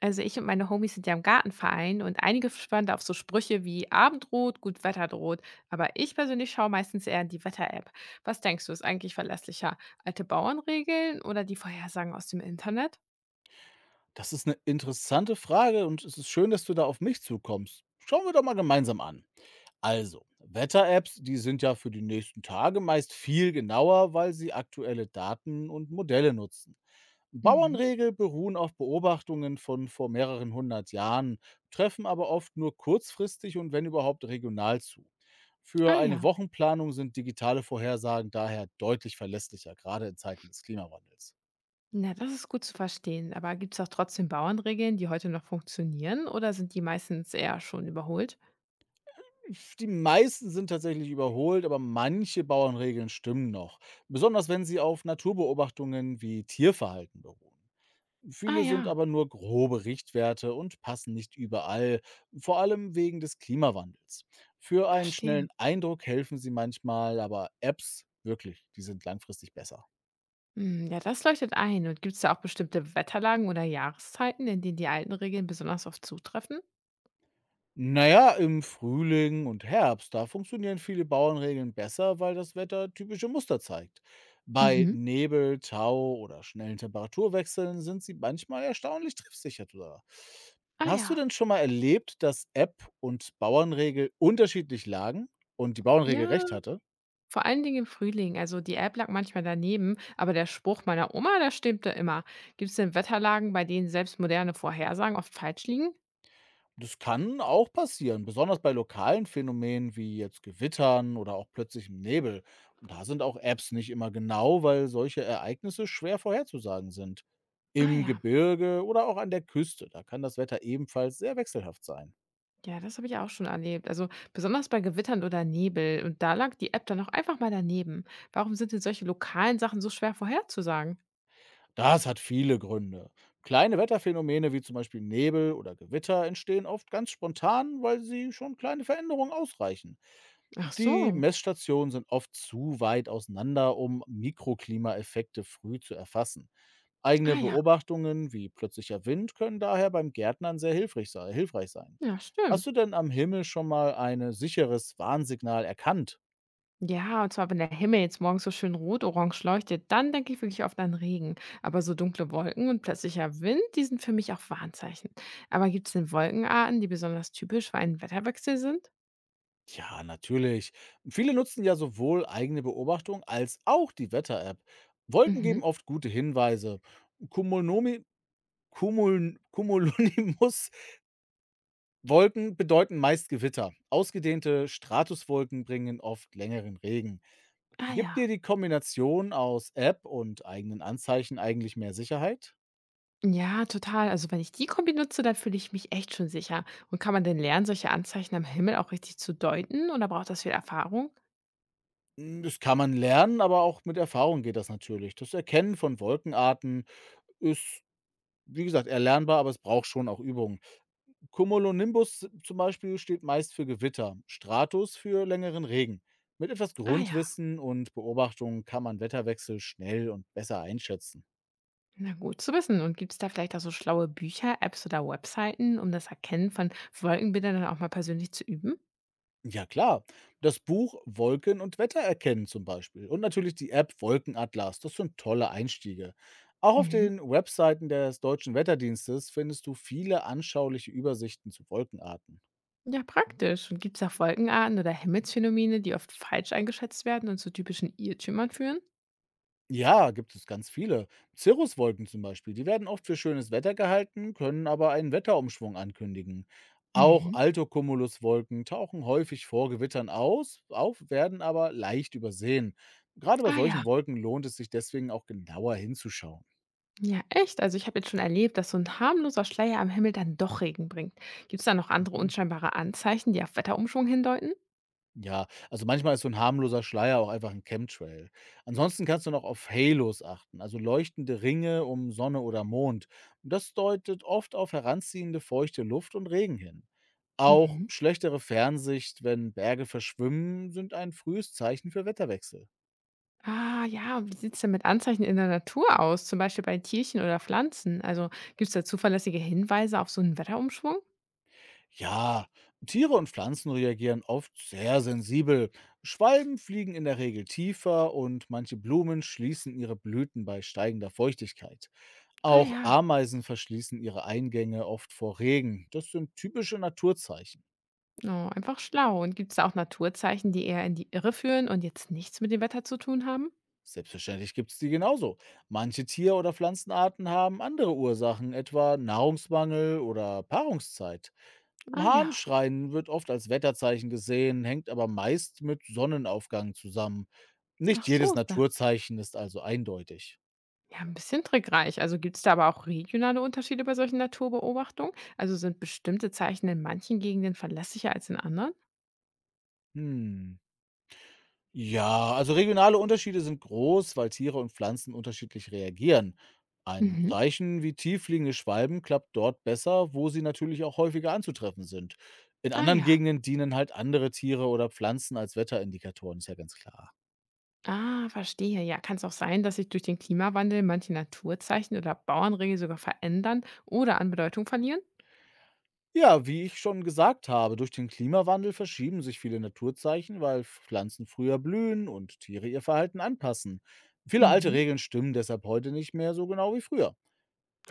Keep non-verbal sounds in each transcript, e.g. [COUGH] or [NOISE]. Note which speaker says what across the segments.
Speaker 1: Also ich und meine Homies sind ja im Gartenverein und einige spannen da auf so Sprüche wie Abend droht, gut Wetter droht. Aber ich persönlich schaue meistens eher in die Wetter-App. Was denkst du, ist eigentlich verlässlicher? Alte Bauernregeln oder die Vorhersagen aus dem Internet?
Speaker 2: Das ist eine interessante Frage und es ist schön, dass du da auf mich zukommst. Schauen wir doch mal gemeinsam an. Also, Wetter-Apps, die sind ja für die nächsten Tage meist viel genauer, weil sie aktuelle Daten und Modelle nutzen.
Speaker 1: Mhm.
Speaker 2: Bauernregel beruhen auf Beobachtungen von vor mehreren hundert Jahren, treffen aber oft nur kurzfristig und wenn überhaupt regional zu. Für
Speaker 1: Ah
Speaker 2: eine
Speaker 1: ja.
Speaker 2: Wochenplanung sind digitale Vorhersagen daher deutlich verlässlicher, gerade in Zeiten des Klimawandels.
Speaker 1: Na, das ist gut zu verstehen. Aber gibt es auch trotzdem Bauernregeln, die heute noch funktionieren oder sind die meistens eher schon überholt?
Speaker 2: Die meisten sind tatsächlich überholt, aber manche Bauernregeln stimmen noch, besonders wenn sie auf Naturbeobachtungen wie Tierverhalten beruhen.
Speaker 1: Ah
Speaker 2: Viele sind
Speaker 1: ja,
Speaker 2: aber nur grobe Richtwerte und passen nicht überall, vor allem wegen des Klimawandels. Für einen
Speaker 1: verstehe.
Speaker 2: schnellen Eindruck helfen sie manchmal, aber Apps wirklich, die sind langfristig besser.
Speaker 1: Hm, ja, das leuchtet ein. Und gibt es da auch bestimmte Wetterlagen oder Jahreszeiten, in denen die alten Regeln besonders oft zutreffen?
Speaker 2: Na ja, im Frühling und Herbst, da funktionieren viele Bauernregeln besser, weil das Wetter typische Muster zeigt. Bei
Speaker 1: Mhm.
Speaker 2: Nebel, Tau oder schnellen Temperaturwechseln sind sie manchmal erstaunlich treffsicher sogar.
Speaker 1: Ah ja.
Speaker 2: Hast du denn schon mal erlebt, dass App und Bauernregel unterschiedlich lagen und die Bauernregel
Speaker 1: Ja,
Speaker 2: recht hatte?
Speaker 1: vor allen Dingen im Frühling. Also die App lag manchmal daneben, aber der Spruch meiner Oma, der stimmte immer. Gibt es denn Wetterlagen, bei denen selbst moderne Vorhersagen oft falsch liegen?
Speaker 2: Das kann auch passieren, besonders bei lokalen Phänomenen wie jetzt Gewittern oder auch plötzlichem Nebel. Und da sind auch Apps nicht immer genau, weil solche Ereignisse schwer vorherzusagen sind.
Speaker 1: Ah
Speaker 2: Im
Speaker 1: ja.
Speaker 2: Gebirge oder auch an der Küste, da kann das Wetter ebenfalls sehr wechselhaft sein.
Speaker 1: Ja, das habe ich auch schon erlebt. Also besonders bei Gewittern oder Nebel. Und da lag die App dann auch einfach mal daneben. Warum sind denn solche lokalen Sachen so schwer vorherzusagen?
Speaker 2: Das hat viele Gründe. Kleine Wetterphänomene wie zum Beispiel Nebel oder Gewitter entstehen oft ganz spontan, weil sie schon kleine Veränderungen ausreichen.
Speaker 1: Ach
Speaker 2: Die
Speaker 1: so.
Speaker 2: Messstationen sind oft zu weit auseinander, um Mikroklimaeffekte früh zu erfassen. Eigene
Speaker 1: Ah ja.
Speaker 2: Beobachtungen wie plötzlicher Wind können daher beim Gärtnern sehr hilfreich hilfreich sein.
Speaker 1: Ja, stimmt.
Speaker 2: Hast du denn am Himmel schon mal ein sicheres Warnsignal erkannt?
Speaker 1: Ja, und zwar, wenn der Himmel jetzt morgens so schön rot-orange leuchtet, dann denke ich wirklich oft an Regen. Aber so dunkle Wolken und plötzlicher Wind, die sind für mich auch Warnzeichen. Aber gibt es denn Wolkenarten, die besonders typisch für einen Wetterwechsel sind?
Speaker 2: Ja, natürlich. Viele nutzen ja sowohl eigene Beobachtung als auch die Wetter-App. Wolken
Speaker 1: Mhm.
Speaker 2: geben oft gute Hinweise. Cumulnomi, [LAUGHS] Cumulonimbus Wolken bedeuten meist Gewitter. Ausgedehnte Stratuswolken bringen oft längeren Regen.
Speaker 1: Ah
Speaker 2: Gibt dir
Speaker 1: ja.
Speaker 2: die Kombination aus App und eigenen Anzeichen eigentlich mehr Sicherheit?
Speaker 1: Ja, total. Also wenn ich die Kombi nutze, dann fühle ich mich echt schon sicher. Und kann man denn lernen, solche Anzeichen am Himmel auch richtig zu deuten? Oder braucht das viel Erfahrung?
Speaker 2: Hm, das kann man lernen, aber auch mit Erfahrung geht das natürlich. Das Erkennen von Wolkenarten ist, wie gesagt, erlernbar, aber es braucht schon auch Übung. Cumulonimbus zum Beispiel steht meist für Gewitter, Stratus für längeren Regen. Mit etwas
Speaker 1: Ah ja,
Speaker 2: Grundwissen und Beobachtung kann man Wetterwechsel schnell und besser einschätzen.
Speaker 1: na gut zu wissen. Und gibt es da vielleicht auch so schlaue Bücher, Apps oder Webseiten, um das Erkennen von Wolkenbildern dann auch mal persönlich zu üben?
Speaker 2: Ja klar, das Buch „Wolken und Wetter erkennen" zum Beispiel und natürlich die App Wolkenatlas, das sind tolle Einstiege. Auch auf
Speaker 1: Mhm.
Speaker 2: den Webseiten des Deutschen Wetterdienstes findest du viele anschauliche Übersichten zu Wolkenarten.
Speaker 1: Ja, praktisch. Und gibt es auch Wolkenarten oder Himmelsphänomene, die oft falsch eingeschätzt werden und zu typischen Irrtümern führen?
Speaker 2: Ja, gibt es ganz viele. Cirruswolken zum Beispiel, die werden oft für schönes Wetter gehalten, können aber einen Wetterumschwung ankündigen. Auch
Speaker 1: Mhm.
Speaker 2: Altocumuluswolken tauchen häufig vor Gewittern auf, werden aber leicht übersehen. Gerade bei
Speaker 1: Ah ja,
Speaker 2: solchen Wolken lohnt es sich deswegen auch genauer hinzuschauen.
Speaker 1: ja echt. Also ich habe jetzt schon erlebt, dass so ein harmloser Schleier am Himmel dann doch Regen bringt. Gibt es da noch andere
Speaker 2: Mhm.
Speaker 1: unscheinbare Anzeichen, die auf Wetterumschwung hindeuten?
Speaker 2: Ja, also manchmal ist so ein harmloser Schleier auch einfach ein Chemtrail. Ansonsten kannst du noch auf Halos achten, also leuchtende Ringe um Sonne oder Mond. Das deutet oft auf heranziehende feuchte Luft und Regen hin. Auch
Speaker 1: Mhm.
Speaker 2: schlechtere Fernsicht, wenn Berge verschwimmen, sind ein frühes Zeichen für Wetterwechsel.
Speaker 1: Ah ja, und wie sieht es denn mit Anzeichen in der Natur aus, zum Beispiel bei Tierchen oder Pflanzen? Also gibt es da zuverlässige Hinweise auf so einen Wetterumschwung?
Speaker 2: Ja, Tiere und Pflanzen reagieren oft sehr sensibel. Schwalben fliegen in der Regel tiefer und manche Blumen schließen ihre Blüten bei steigender Feuchtigkeit.
Speaker 1: Ah
Speaker 2: Auch
Speaker 1: ja.
Speaker 2: Ameisen verschließen ihre Eingänge oft vor Regen. Das sind typische Naturzeichen.
Speaker 1: Oh, einfach schlau. Und gibt es auch Naturzeichen, die eher in die Irre führen und jetzt nichts mit dem Wetter zu tun haben?
Speaker 2: Selbstverständlich gibt es die genauso. Manche Tier- oder Pflanzenarten haben andere Ursachen, etwa Nahrungsmangel oder Paarungszeit.
Speaker 1: Ah ja,
Speaker 2: Hahnschreien wird oft als Wetterzeichen gesehen, hängt aber meist mit Sonnenaufgang zusammen. Nicht
Speaker 1: ach so
Speaker 2: jedes
Speaker 1: ist das.
Speaker 2: Naturzeichen ist also eindeutig.
Speaker 1: Ja, ein bisschen trickreich. Also gibt es da aber auch regionale Unterschiede bei solchen Naturbeobachtungen? Also sind bestimmte Zeichen in manchen Gegenden verlässlicher als in anderen?
Speaker 2: Hm. Ja, also regionale Unterschiede sind groß, weil Tiere und Pflanzen unterschiedlich reagieren. Ein
Speaker 1: Mhm.
Speaker 2: Zeichen wie tieffliegende Schwalben klappt dort besser, wo sie natürlich auch häufiger anzutreffen sind. In
Speaker 1: Ah
Speaker 2: anderen
Speaker 1: ja.
Speaker 2: Gegenden dienen halt andere Tiere oder Pflanzen als Wetterindikatoren, ist ja ganz klar.
Speaker 1: Ah, verstehe. Ja, kann es auch sein, dass sich durch den Klimawandel manche Naturzeichen oder Bauernregel sogar verändern oder an Bedeutung verlieren?
Speaker 2: Ja, wie ich schon gesagt habe, durch den Klimawandel verschieben sich viele Naturzeichen, weil Pflanzen früher blühen und Tiere ihr Verhalten anpassen. Viele alte
Speaker 1: Mhm.
Speaker 2: Regeln stimmen deshalb heute nicht mehr so genau wie früher.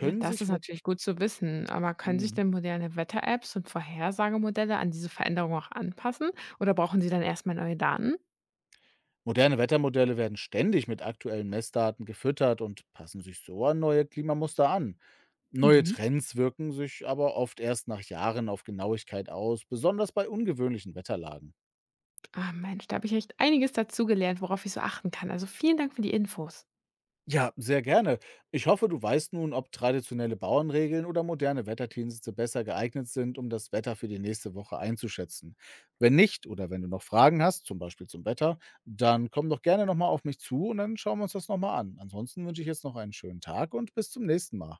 Speaker 1: Na, das
Speaker 2: sich
Speaker 1: ist
Speaker 2: mo
Speaker 1: natürlich gut zu wissen, aber können sich
Speaker 2: hm.
Speaker 1: denn moderne Wetter-Apps und Vorhersagemodelle an diese Veränderung auch anpassen oder brauchen sie dann erstmal neue Daten?
Speaker 2: Moderne Wettermodelle werden ständig mit aktuellen Messdaten gefüttert und passen sich so an neue Klimamuster an. Neue
Speaker 1: Mhm.
Speaker 2: Trends wirken sich aber oft erst nach Jahren auf Genauigkeit aus, besonders bei ungewöhnlichen Wetterlagen.
Speaker 1: Ah, Mensch, da habe ich echt einiges dazu gelernt, worauf ich so achten kann. Also vielen Dank für die Infos.
Speaker 2: Ja, sehr gerne. Ich hoffe, du weißt nun, ob traditionelle Bauernregeln oder moderne Wetterdienste besser geeignet sind, um das Wetter für die nächste Woche einzuschätzen. Wenn nicht oder wenn du noch Fragen hast, zum Beispiel zum Wetter, dann komm doch gerne nochmal auf mich zu und dann schauen wir uns das nochmal an. Ansonsten wünsche ich jetzt noch einen schönen Tag und bis zum nächsten Mal.